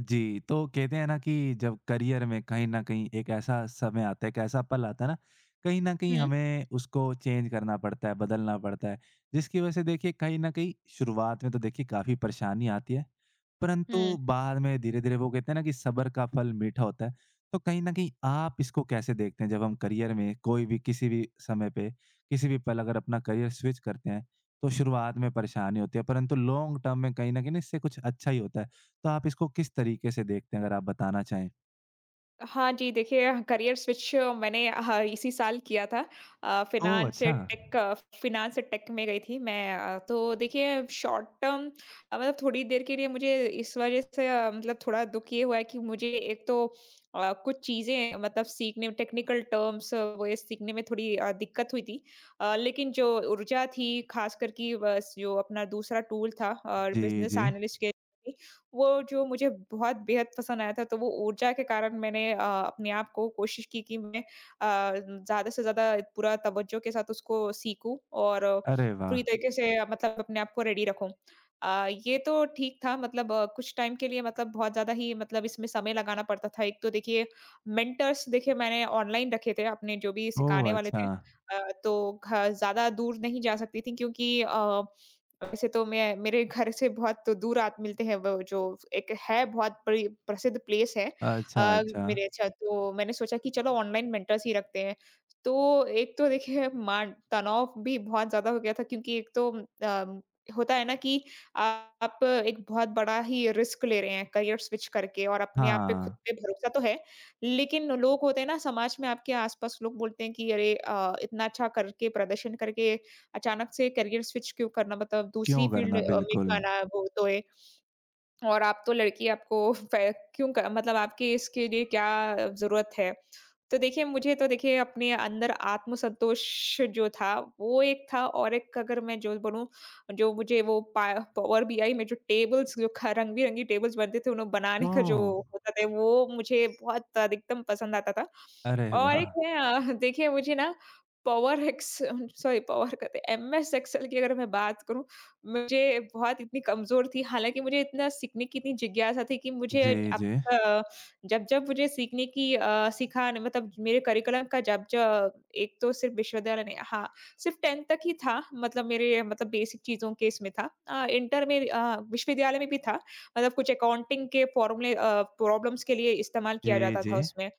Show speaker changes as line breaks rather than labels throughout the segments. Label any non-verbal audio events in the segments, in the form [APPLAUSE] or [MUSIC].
जी, तो कहते हैं ना कि जब करियर में कहीं न कहीं एक ऐसा समय आता है, एक ऐसा पल आता है ना, कहीं न कहीं
हुँ।
हमें उसको चेंज करना पड़ता है, बदलना पड़ता है, जिसकी वजह से देखिए कहीं न कहीं शुरुआत में तो देखिए काफ़ी परेशानी आती है, परंतु
हुँ।
बाद में धीरे-धीरे वो कहते हैं ना कि सब्र का फल मीठा होता है। तो कहीं न कहीं आप इसको कैसे देखते हैं जब हम करियर में कोई भी किसी भी समय पे, किसी भी पल अगर अपना करियर स्विच करते हैं, तो शुरुआत में परेशानी होती है परंतु लॉन्ग टर्म में कहीं न कहीं इससे कुछ अच्छा ही होता है। तो आप इसको किस तरीके से देखते हैं अगर आप बताना चाहें?
हाँ जी, देखिए करियर स्विच मैंने इसी साल किया था। अ,
ओह!
फ़िनांस से
अच्छा।
टेक फ़िनांस से टेक में गई थी मैं, तो देखिए शॉर्ट टर्म, मतलब थोड़ी देर के लिए मुझे इस वज़ह से मतलब थोड़ा दुःख ये हुआ है कि मुझे एक तो कुछ चीज़ें मतलब सीखने में टेक्निकल टर्म्स वो ये सीखने में थोड़ी दिक्कत हुई थी। लेकिन जो ऊर्जा थी ख़ास कर कि बस जो अपना दूसरा टूल था और
जी,
बिज़नेस
जी।
एनालिस्ट के वो जो मुझे बहुत बेहद पसंद आया था, तो वो ऊर्जा के कारण मैंने अपने आप को कोशिश की कि मैं ज़्यादा से ज़्यादा पूरा तवज्जो के साथ उसको सीखूँ और
अरे वाह!
पूरी तरीके से मतलब अपने आप को रेडी रखूँ। ये तो ठीक था मतलब कुछ टाइम के लिए मतलब बहुत ज़्यादा ही मतलब इसमें समय लगाना पड़ता था। एक तो देखिए मेंटर्स देखिए मैंने ऑनलाइन रखे थे, अपने जो भी
ओह!
सिखाने वाले
अच्छा।
थे। तो घ ज़्यादा दूर नहीं जा सकती थी क्योंकि वैसे तो मैं मेरे घर से बहुत दूर आप मिलते हैं वो जो एक है बहुत बड़ी प्रसिद्ध प्लेस है।
अच्छा,
हुँ।
अच्छा।
मेरे अच्छा तो मैंने सोचा कि चलो ऑनलाइन मेंटर्स ही रखते हैं। तो एक तो देखिए मान तनाव भी बहुत ज़्यादा हो गया था क्योंकि एक तो होता है ना कि आप एक बहुत बड़ा ही रिस्क ले रहे हैं करियर स्विच करके और अपने आप पे
हाँ,
खुद पे भरोसा तो है, लेकिन लोग होते हैं ना समाज में आपके आस-पास लोग बोलते हैं कि अरे इतना अच्छा करके प्रदर्शन करके अचानक से करियर स्विच क्यों करना मतलब दूसरी
क्यों
फ़ील्ड
करना
में क्यों
बिल्कुल।
आना वो तो है। और आप तो लड़की आपको फ़ै क्यों क मतलब आपकी इसके लिए क्या ज़रूरत है? तो देखिए मुझे तो देखिए अपने अंदर आत्मसंतोष जो था वो एक था, और एक अगर मैं जो बोलूँ जो मुझे वो पावर बीआई में जो टेबल्स जो रंग बिरंगी टेबल्स बनते थे उन्हें बनाने का जो
ओह!
होता था वो मुझे बहुत अधिकतम पसंद आता था,
अरे
और एक
वाह!
है। देखिए मुझे ना पावर एक्स सॉरी पावर कहते हैं एम एस एक्सेल की अगर मैं बात करूं, मुझे बहुत इतनी कमजोर थी, हालांकि मुझे इतना सीखने की इतनी जिज्ञासा थी कि मुझे
जी,
अब
जी।
जब-जब मुझे सीखने की सिखा न मतलब मेरे करिकुलम का जब ज एक तो सिर्फ़ विश्वविद्यालय नहीं हाँ, सिर्फ़ 10th तक ही था मतलब मेरे मतलब बेसिक चीज़ों के इसमें था। इंटर में विश्वविद्यालय में भी था। मतलब कुछ अकाउंटिंग के फ़ॉर्मूले प्रॉब्लम्स के लिए इस्तेमाल किया
जी,
जाता
जी।
था उसमें।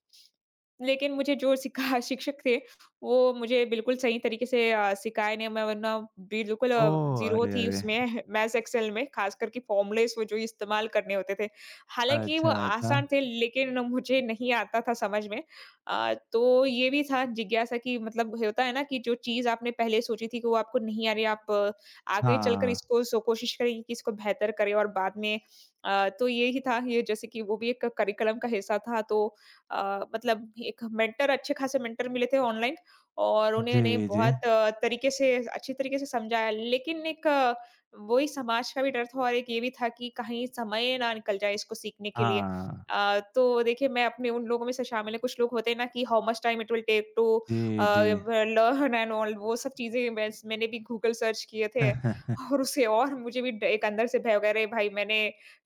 लेकिन मुझे जो सिखा [LAUGHS] शिक्षक थे, वो मुझे बिल्कुल सही तरीके से सिखाए नहीं, मैं वरना बिल्कुल
ओह!
ज़ीरो
अरे,
थी
अरे!
उसमें [LAUGHS] मैथ्स, एक्सेल में, खास करके फ़ॉर्मूलेज़ वो जो इस्तेमाल करने होते थे। हालाँकि वो
अच्छा, अच्छा।
आसान थे, लेकिन मुझे नहीं आता था समझ में। तो ये भी था जिज्ञासा कि मतलब होता है ना कि जो चीज़ आपने पहले सोची थी कि वो आपको नहीं आ रही, आप आगे चलकर
हाँ।
इसको सो कोशिश करेंगे कि इसको बेहतर करें और बाद में। तो यही था, ये जैसे कि वो भी एक करिकुलम का हिस्सा था, तो मतलब एक मेंटर अच्छे खासे मेंटर मिले थे ऑनलाइन और
जी,
उन्होंने
जी।
बहुत तरीके से अच्छी तरीके से समझाया। लेकिन एक वही समाज का भी डर था और एक ये भी था कि कहीं समय ना निकल जाए इसको सीखने के लिए।
हाँ।
तो देखिए मैं अपने उन लोगों में से शामिल है, कुछ लोग होते हैं ना कि how much time it will take to
जी, जी।
व लर्न एंड ऑल वो सब चीज़ें वैस मैंने भी गूगल सर्च किए थे
[LAUGHS]
और उसे और मुझे भी ड एक अंदर से भय हो गया अरे भाई मैंने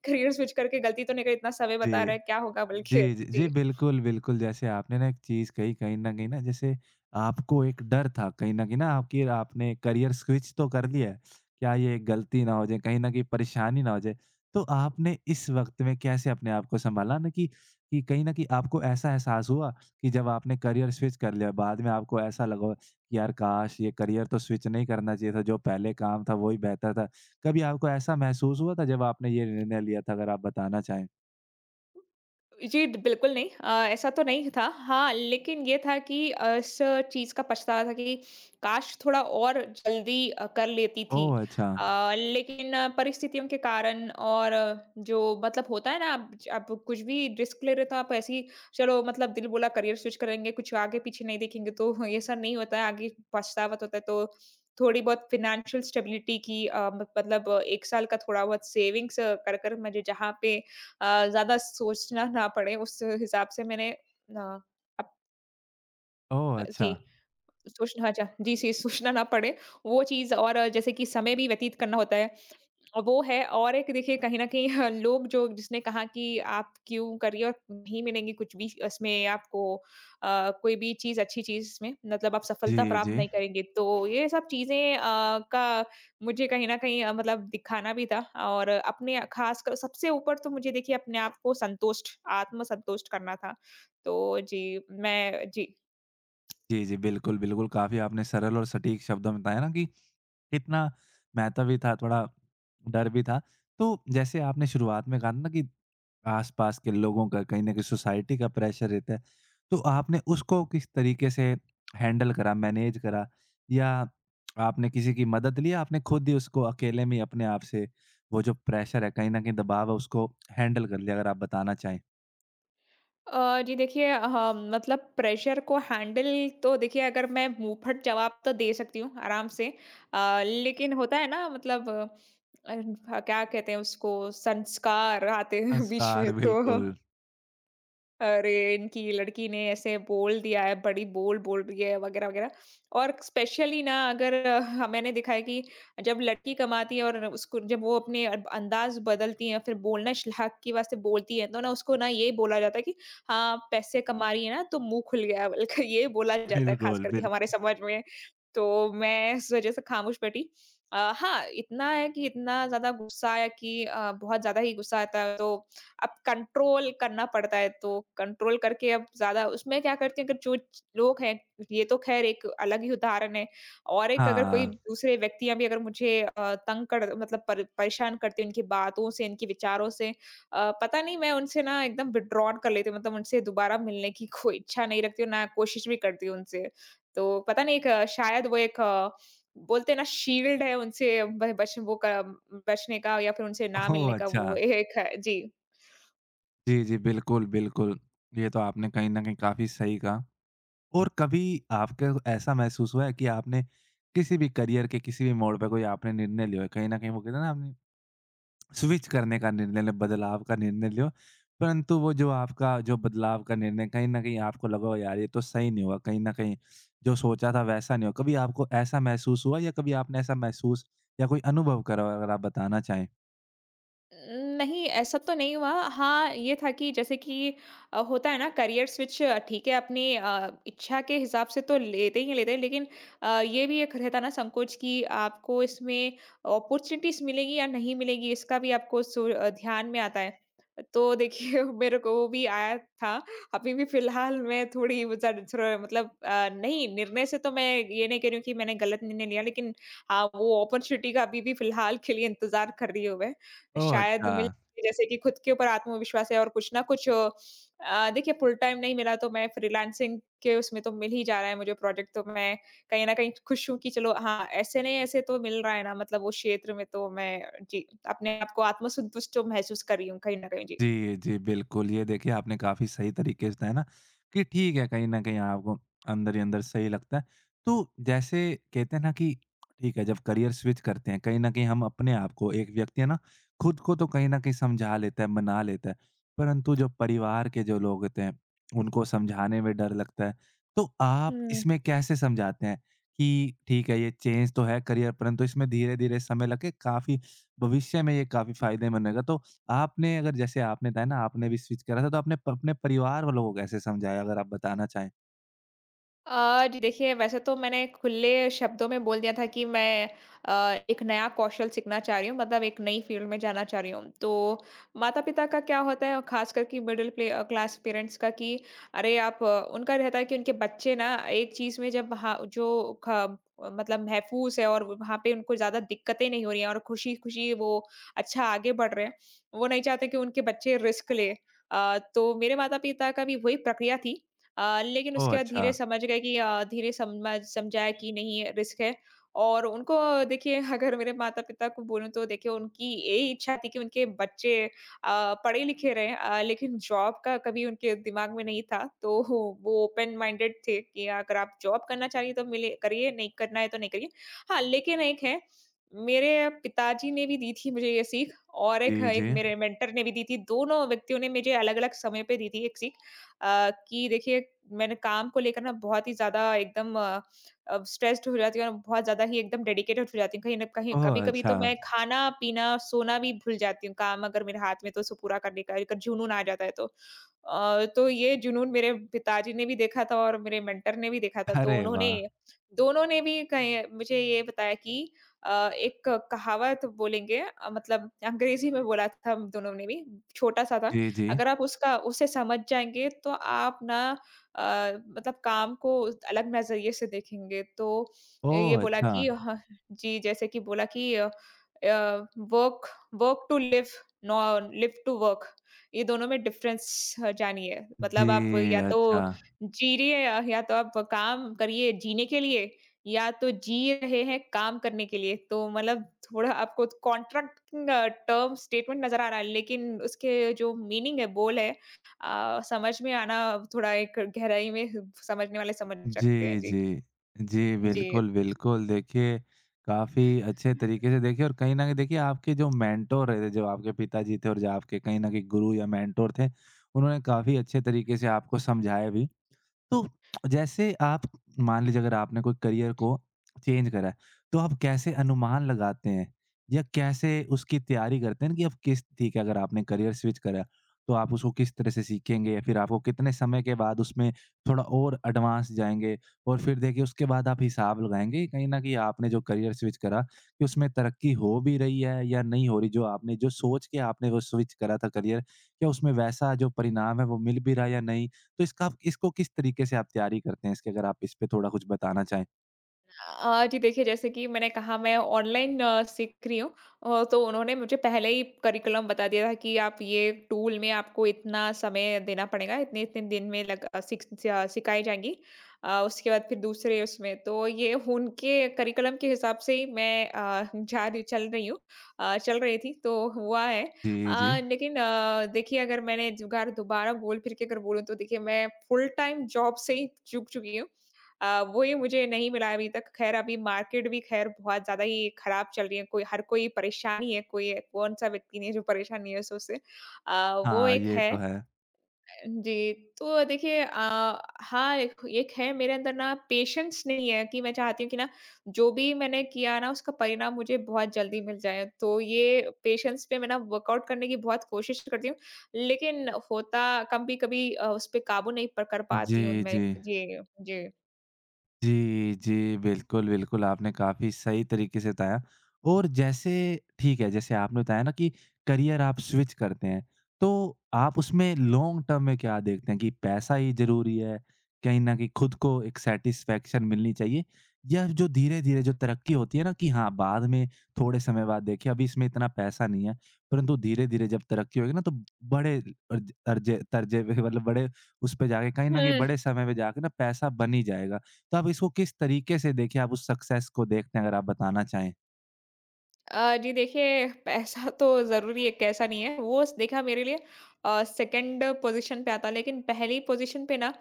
करियर स्विच करके गलती तो नहीं करी, इतना समय बता रहा
जी।
है, क्या होगा बल्कि?
जी, जी, जी,
जी।
बिल्कुल, बिल्कुल। जैसे आपने ना एक चीज़ कही, कहीं न कहीं ना जैसे आपको एक डर था कहीं न कहीं ना आपकी आपने करियर स्विच तो कर लिया है, क्या ये गलती ना हो जाए, कहीं न कहीं परेशानी ना हो जाए। तो आपने इस वक़्त में कैसे अपने आप को सँभाला ना कि कहीं न कहीं आपको ऐसा एहसास हुआ कि जब आपने करियर स्विच कर लिया, बाद में आपको ऐसा लगा हो कि यार काश! ये करियर तो स्विच नहीं करना चाहिए था, जो पहले काम था वो ही बेहतर था। कभी आपको ऐसा महसूस हुआ था जब आपने ये निर्णय लिया था? अगर आप बताना चाहें।
जी, ड बिल्कुल नहीं ऐसा तो नहीं था। हाँ, लेकिन ये था कि इस चीज़ का पछतावा था कि काश थोड़ा और जल्दी कर लेती थी।
ओह! अच्छा।
लेकिन परिस्थितियों के कारण और जो मतलब होता है ना आप ज आप कुछ भी रिस्क ले रहे हो तो आप ऐसे ही चलो मतलब दिल बोला करियर स्विच करेंगे, कुछ आगे पीछे नहीं देखेंगे तो [LAUGHS] ये सब नहीं होता है, आगे पछतावा तो होता है। तो थोड़ी बहुत फ़ाइनेंशियल स्टेबिलिटी की म मतलब 1 साल का थोड़ा बहुत सेविंग्स कर मुझे जहाँ पे ज़्यादा सोचना ना पड़े उस हिसाब से मैंने अप
ओह! अच्छा।
जी, सोचना हाँ, जा जी, जी, सोचना ना पड़े वो चीज़, और जैसे कि समय भी व्यतीत करना होता है वो है, और एक देखिए कहीं न कहीं ह लोग जो जिसने कहा कि आप क्यों करियर नहीं मिलेंगी कुछ भी इसमें आपको कोई भी चीज़ अच्छी चीज़ इसमें मतलब आप सफलता
जी,
प्राप्त
जी।
नहीं करेंगे। तो ये सब चीज़ें का मुझे कहीं न कहीं मतलब दिखाना भी था और अपने ख़ासकर सबसे ऊपर तो मुझे देखिए अपने आप को संतुष्ट आत्मसंतुष्ट करना था। तो जी, मैं जी।
जी, जी, बिल्कुल, बिल्कुल, काफ़ी आपने सरल और सटीक शब्दों में बताया ना कि कितना महत्व भी था, थोड़ा डर भी था। तो जैसे आपने शुरुआत में कहा था ना कि आस-पास के लोगों का, कहीं न कहीं सोसाइटी का प्रेशर रहता है। तो आपने उसको किस तरीके से हैंडल करा, मैनेज करा या आपने किसी की मदद ली या आपने खुद ही उसको अकेले में ही अपने आप से वो जो प्रेशर है, कहीं न कहीं दबाव है, उसको हैंडल कर लिया? अगर आप बताना चाहें।
जी देखिए हाँ, मतलब प्रेशर को हैंडल तो देखिए अगर मैं मुंहफट जवाब तो दे सकती हूँ आराम से। लेकिन होता है ना मतलब क्या कहते हैं उसको संस्कार आते हैं [LAUGHS] बीच में
नमस्कार,
तो।
बिल्कुल।
अरे! इनकी लड़की ने ऐसे बोल दिया है, बड़ी बोल बोल रही है वगैरह, वगैरह, और स्पेशली ना अगर ह मैंने देखा है कि जब लड़की कमाती है और उसको जब वो अपने अंदाज़ बदलती है, फिर बोलना श हक की वास्ते बोलती है, तो ना उसको ना ये बोला जाता है कि हाँ, पैसे कमा रही है ना तो मुँह खुल गया है, बल्कि ये बोला जाता है ख़ास
बिल्कुल,
करके
बिल
हमारे समाज में। तो मैं इस वज़ह से ख़ामोश बैठी। हाँ, इतना है कि इतना ज़्यादा गुस्सा आया कि बहुत ज़्यादा ही गुस्सा आता है तो अब कंट्रोल करना पड़ता है तो कंट्रोल करके अब ज़्यादा उसमें क्या करते हैं अगर जो च लोग हैं, ये तो ख़ैर एक अलग ही उदाहरण है। और एक अगर कोई
हाँ।
दूसरे व्यक्तियाँ भी अगर मुझे तंग कर मतलब पर परेशान करती हैं उनकी बातों से, इनके विचारों से, पता नहीं मैं उनसे ना एकदम विथड्रॉन कर लेती हूँ मतलब उनसे दोबारा मिलने की [LAUGHS] कोई इच्छा नहीं रखती हूँ, ना कोशिश भी करती हूँ उनसे। तो पता नहीं एक शायद वो एक बोलते हैं ना शील्ड है उनसे ब बच वो क बचने का या फिर उनसे ना मिलने
ओह!
का
अच्छा।
वो एक है। जी।
जी, जी, बिल्कुल, बिल्कुल। ये तो आपने कहीं न कहीं काफ़ी सही कहा। और कभी आपको ऐसा महसूस हुआ है कि आपने किसी भी करियर के किसी भी मोड़ पे कोई आपने निर्णय लिया हो, कहीं न कहीं वो कहते हैं ना आपने स्विच करने का निर्णय लिया, बदलाव का निर्णय लिया हो, परंतु वो जो आपका जो बदलाव का निर्णय कहीं न कहीं आपको लगा हो यार ये तो सही नहीं हुआ, कहीं न कहीं जो सोचा था वैसा नहीं हुआ। कभी आपको ऐसा महसूस हुआ या कभी आपने ऐसा महसूस या कोई अनुभव करा हो अगर आप बताना चाहें?
नहीं, ऐसा तो नहीं हुआ। हाँ, ये था कि जैसे कि होता है ना करियर स्विच ठीक है अपनी इच्छा के हिसाब से तो लेते ही लेते हैं, लेकिन ये भी एक रहता है ना संकोच कि आपको इसमें अपॉर्च्युनिटीज़ मिलेगी या नहीं मिलेगी, इसका भी आपको सो ध्यान में आता है। तो देखिए [LAUGHS] मेरे को वो भी आया था। अभी भी फ़िलहाल मैं थोड़ी ज़्यादा थोड़ा मतलब नहीं निर्णय से तो मैं ये नहीं कह रही हूँ कि मैंने गलत निर्णय लिया, लेकिन हाँ, वो अपॉर्च्युनिटी का अभी भी फ़िलहाल के लिए इंतज़ार कर रही हूँ मैं।
ओह!
शायद
अच्छा।
मिल जैसे कि खुद के ऊपर आत्मविश्वास है और कुछ ना कुछ देखिए फुल टाइम नहीं मिला तो मैं फ्रीलांसिंग के उसमें तो मिल ही जा रहा है मुझे प्रोजेक्ट, तो मैं कहीं न कहीं खुश हूँ कि चलो हाँ, ऐसे नहीं ऐसे तो मिल रहा है ना मतलब वो क्षेत्र में तो मैं जी, अपने आप को आत्मसंतुष्ट तो महसूस कर रही हूँ कहीं न कहीं।
जी, जी, बिल्कुल। ये देखिए आपने काफ़ी सही तरीके से बताया ना कि ठीक है, कहीं न कहीं आपको अंदर ही अंदर सही लगता है। तो जैसे कहते हैं ना कि ठीक है, जब करियर स्विच करते हैं, कहीं न कहीं हम अपने आप को एक व्यक्ति है ना, खुद को तो कहीं न कहीं समझा लेता है, मना लेता है, परंतु जो परिवार के जो लोग होते हैं, उनको समझाने में डर लगता है। तो आप
जी।
इसमें कैसे समझाते हैं कि ठीक है, ये चेंज तो है करियर परंतु इसमें धीरे-धीरे समय लग के काफ़ी भविष्य में ये काफ़ी फ़ायदेमंद रहेगा? तो आपने अगर जैसे आपने बताया ना आपने भी स्विच करा था, तो आपने प अपने परिवार वालों को कैसे समझाया अगर आप बताना चाहें?
जी देखिए वैसे तो मैंने खुले शब्दों में बोल दिया था कि मैं अ, एक नया कौशल सीखना चाह रही हूँ मतलब एक नई फील्ड में जाना चाह रही हूँ। तो माता-पिता का क्या होता है और खास करके मिडिल प्ले क्लास पेरेंट्स का कि अरे आप उनका रहता है कि उनके बच्चे ना एक चीज़ में जब हाँ, जो ख मतलब महफूज़ है और वहाँ पे उनको ज़्यादा दिक्कतें नहीं हो रही हैं और खुशी-खुशी वो अच्छा आगे बढ़ रहे हैं। वो नहीं चाहते कि उनके बच्चे रिस्क लें। तो मेरे माता-पिता का भी वही प्रक्रिया थी। लेकिन
ओह!
उसके बाद
अच्छा।
धीरे समझ गए कि धीरे समझ समझाया कि नहीं रिस्क है, और उनको देखिए [LAUGHS] अगर मेरे माता-पिता को बोलूँ तो देखिए उनकी यही इच्छा थी कि उनके बच्चे पढ़े लिखे रहें। लेकिन जॉब का कभी उनके दिमाग में नहीं था। तो वो ओपन माइंडेड थे कि अगर आप जॉब करना चाहिए तो मिले करिए, नहीं करना है तो नहीं करिए। हाँ, लेकिन एक है मेरे पिताजी ने भी दी थी मुझे ये सीख, और एक
जी,
एक
जी।
मेरे मेंटर ने भी दी थी। दोनों व्यक्तियों ने मुझे अलग-अलग समय पे दी थी एक सीख। कि देखिए मैंने काम को लेकर ना बहुत ही ज़्यादा एकदम स्ट्रेस्ड हो जाती हूँ और बहुत ज़्यादा ही एकदम डेडिकेटेड हो जाती हूँ। कहीं न कहीं
ओह!
कभी-कभी तो
अच्छा।
मैं खाना-पीना, सोना भी भूल जाती हूँ, काम अगर मेरे हाथ में तो उसे पूरा करने का अगर जुनून आ जाता है तो। तो ये जुनून मेरे पिताजी ने भी देखा था और मेरे मेंटर ने भी देखा था, तो
अरे
उन्होंने
वाह!
दोनों ने भी कहीं मुझे ये बताया कि एक कहावत बोलेंगे, मतलब अंग्रेज़ी में बोला था हम दोनों ने भी, छोटा-सा था।
जी, जी।
अगर आप उसका उसे समझ जाएँगे तो आप ना अ, मतलब काम को अलग नज़रिए से देखेंगे। तो ये
ओह!
बोला
अच्छा।
कि ह जी, जैसे कि बोला कि अ, work work to live, no live to work. ये दोनों में डिफरेंस जानिए।
जी,
मतलब आप या तो
अच्छा।
जी रही है या तो आप काम करिए जीने के लिए या तो जी रहे हैं काम करने के लिए, तो मतलब थोड़ा आपको कॉन्ट्रैक्ट टर्म स्टेटमेंट नज़र आ रहा है, लेकिन उसके जो मीनिंग है, बोल है, समझ में आना थोड़ा एक गहराई में समझने वाले समझ सकते हैं।
जी,
जी।
जी। जी,
जी।
बिल्कुल, बिल्कुल। देखिए, काफ़ी अच्छे तरीके से देखिए और कहीं न कहीं देखिए आपके जो मेंटर रहे थे, जो आपके पिताजी थे और जो आपके कहीं न कहीं गुरु या मेंटर थे, उन्होंने काफ़ी अच्छे तरीके से आपको समझाया भी। तो जैसे आप मान लीजिए अगर आपने कोई करियर को चेंज करा है, तो आप कैसे अनुमान लगाते हैं? या कैसे उसकी तैयारी करते हैं कि अब किस ठीक है अगर आपने करियर स्विच करा, तो आप उसको किस तरह से सीखेंगे? या फिर आपको कितने समय के बाद उसमें थोड़ा और एडवांस जाएँगे? और फिर देखिए उसके बाद आप हिसाब लगाएँगे कहीं न कहीं आपने जो करियर स्विच करा, कि उसमें तरक्की हो भी रही है या नहीं हो रही? जो आपने जो सोच के आपने वो स्विच करा था करियर, क्या उसमें वैसा जो परिणाम है वो मिल भी रहा है या नहीं? तो इसका आप इसको किस तरीके से आप तैयारी करते हैं इसकी अगर आप इस पे थोड़ा कुछ बताना चाहें?
जी देखिए, जैसे कि मैंने कहा मैं ऑनलाइन सीख रही हूँ, तो उन्होंने मुझे पहले ही करिकुलम बता दिया था कि आप ये टूल में आपको इतना समय देना पड़ेगा, इतने-इतने दिन में लग अ, सिख सिया सिखाई जाएँगी। उसके बाद फिर दूसरे उसमें तो ये उनके करिकुलम के हिसाब से ही मैं अ, जा रही चल रही हूँ, चल रही थी तो हुआ है।
जी, जी।
लेकिन देखिए अगर मैंने जुगाड़ दोबारा बोल फिर के अगर बोलूँ तो देखिए मैं फुल टाइम जॉब से ही चूक चुकी हूँ। वो ये मुझे नहीं मिला अभी तक। ख़ैर अभी मार्केट भी ख़ैर बहुत ज़्यादा ही ख़राब चल रही है, कोई हर कोई परेशान ही है, कोई कौन-सा व्यक्ति नहीं है जो परेशान नहीं है इस उससे। वो
हाँ,
एक
ये
है।
तो है।
जी, तो देखिए हाँ, एक एक है मेरे अंदर ना पेशेंस नहीं है कि मैं चाहती हूँ कि ना जो भी मैंने किया ना उसका परिणाम मुझे बहुत जल्दी मिल जाए। तो ये पेशेंस पे मैं ना वर्कआउट करने की बहुत कोशिश करती हूँ, लेकिन होता कभी-कभी उस पे काबू नहीं प कर पाती
जी,
हूँ मैं।
जी।
जी, जी।
जी, जी। बिल्कुल, बिल्कुल, आपने काफ़ी सही तरीके से बताया और जैसे ठीक है, जैसे आपने बताया ना कि करियर आप स्विच करते हैं, तो आप उसमें लॉन्ग टर्म में क्या देखते हैं कि पैसा ही ज़रूरी है, कहीं न कहीं खुद को एक सैटिस्फैक्शन मिलनी चाहिए या जो धीरे-धीरे जो तरक्की होती है ना कि हाँ, बाद में थोड़े समय बाद देखिए अभी इसमें इतना पैसा नहीं है, परंतु धीरे-धीरे जब तरक्की होगी ना तो बड़े अर्जे तर्जे पे मतलब बड़े उस पे जाके कहीं न कहीं
हुँ।
बड़े समय पे जाके ना पैसा बन ही जाएगा। तो आप इसको किस तरीके से देखें, आप उस सक्सेस को देखते हैं अगर आप बताना चाहें?
जी देखिए, पैसा [LAUGHS] तो ज़रूरी है, कैसा नहीं है। वो स देखा मेरे लिए सेकंड पोज़ीशन पे आता है, लेकिन पहली पोज़ीशन पे ना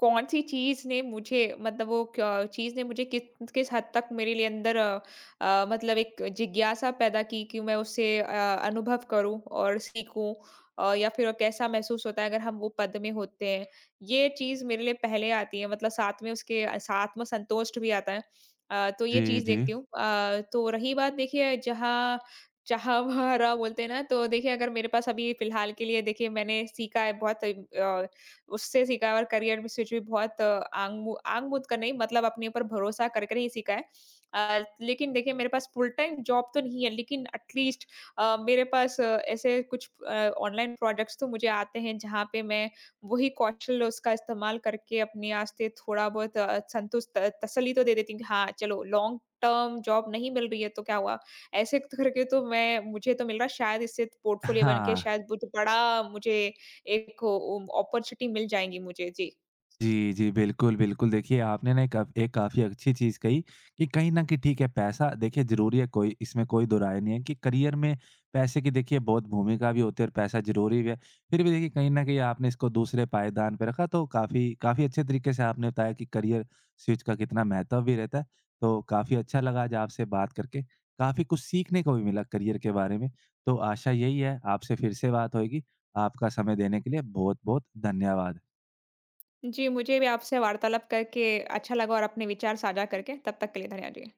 कौन-सी चीज़ ने मुझे मतलब वो क्या चीज़ ने मुझे किस किस हद तक मेरे लिए अंदर मतलब एक जिज्ञासा पैदा की कि मैं उससे अनुभव करूँ और सीखूँ, या फिर कैसा महसूस होता है अगर हम वो पद में होते हैं। ये चीज़ मेरे लिए पहले आती है मतलब साथ में उसके साथ में संतोष भी आता है। तो ये
जी,
चीज़
जी।
देखती हूँ। तो रही बात देखिए, जहाँ जहाँ [LAUGHS] वहाँ राह बोलते हैं ना, तो देखिए अगर मेरे पास अभी फ़िलहाल के लिए देखिए मैंने सीखा है बहुत, उससे सीखा है और करियर में स्विच भी बहुत, आंग मूंद कर नहीं मतलब अपने ऊपर भरोसा कर कर ही सीखा है। लेकिन देखिए मेरे पास फुल टाइम जॉब तो नहीं है लेकिन एटलीस्ट मेरे पास ऐसे कुछ ऑनलाइन प्रोडक्ट्स तो मुझे आते हैं जहाँ पे मैं वही कौशल उसका इस्तेमाल करके अपने वास्ते थोड़ा बहुत संतुष्ट तसल्ली तो दे देती हूँ कि हाँ, चलो लॉन्ग टर्म जॉब नहीं मिल रही है तो क्या हुआ? ऐसे करके तो मैं मुझे तो मिल रहा है शायद, इससे पोर्टफोलियो बन के
हाँ।
शायद मुझे बड़ा मुझे एक अपॉर्च्युनिटी मिल जाएँगी मुझे। जी।
जी, जी। बिल्कुल, बिल्कुल। देखिए, आपने ना एक काफ़ी अच्छी चीज़ कही कि कहीं न कहीं ठीक है, पैसा देखिए ज़रूरी है, कोई इसमें कोई दो राय नहीं है कि करियर में पैसे की देखिए बहुत भूमिका भी होती है और पैसा ज़रूरी भी है। फिर भी देखिए कहीं न कहीं आपने इसको दूसरे पायदान पे रखा, तो काफ़ी काफ़ी अच्छे तरीके से आपने बताया कि करियर स्विच का कितना महत्व भी रहता है। तो काफ़ी अच्छा लगा आज आपसे बात करके। काफ़ी कुछ सीखने को भी मिला करियर के बारे में। तो आशा यही है, आपसे फिर से बात होएगी। आपका समय देने के लिए बहुत-बहुत धन्यवाद।
जी, मुझे भी आपसे वार्तालाप करके अच्छा लगा और अपने विचार साझा करके। तब तक के लिए धन्यवाद जी।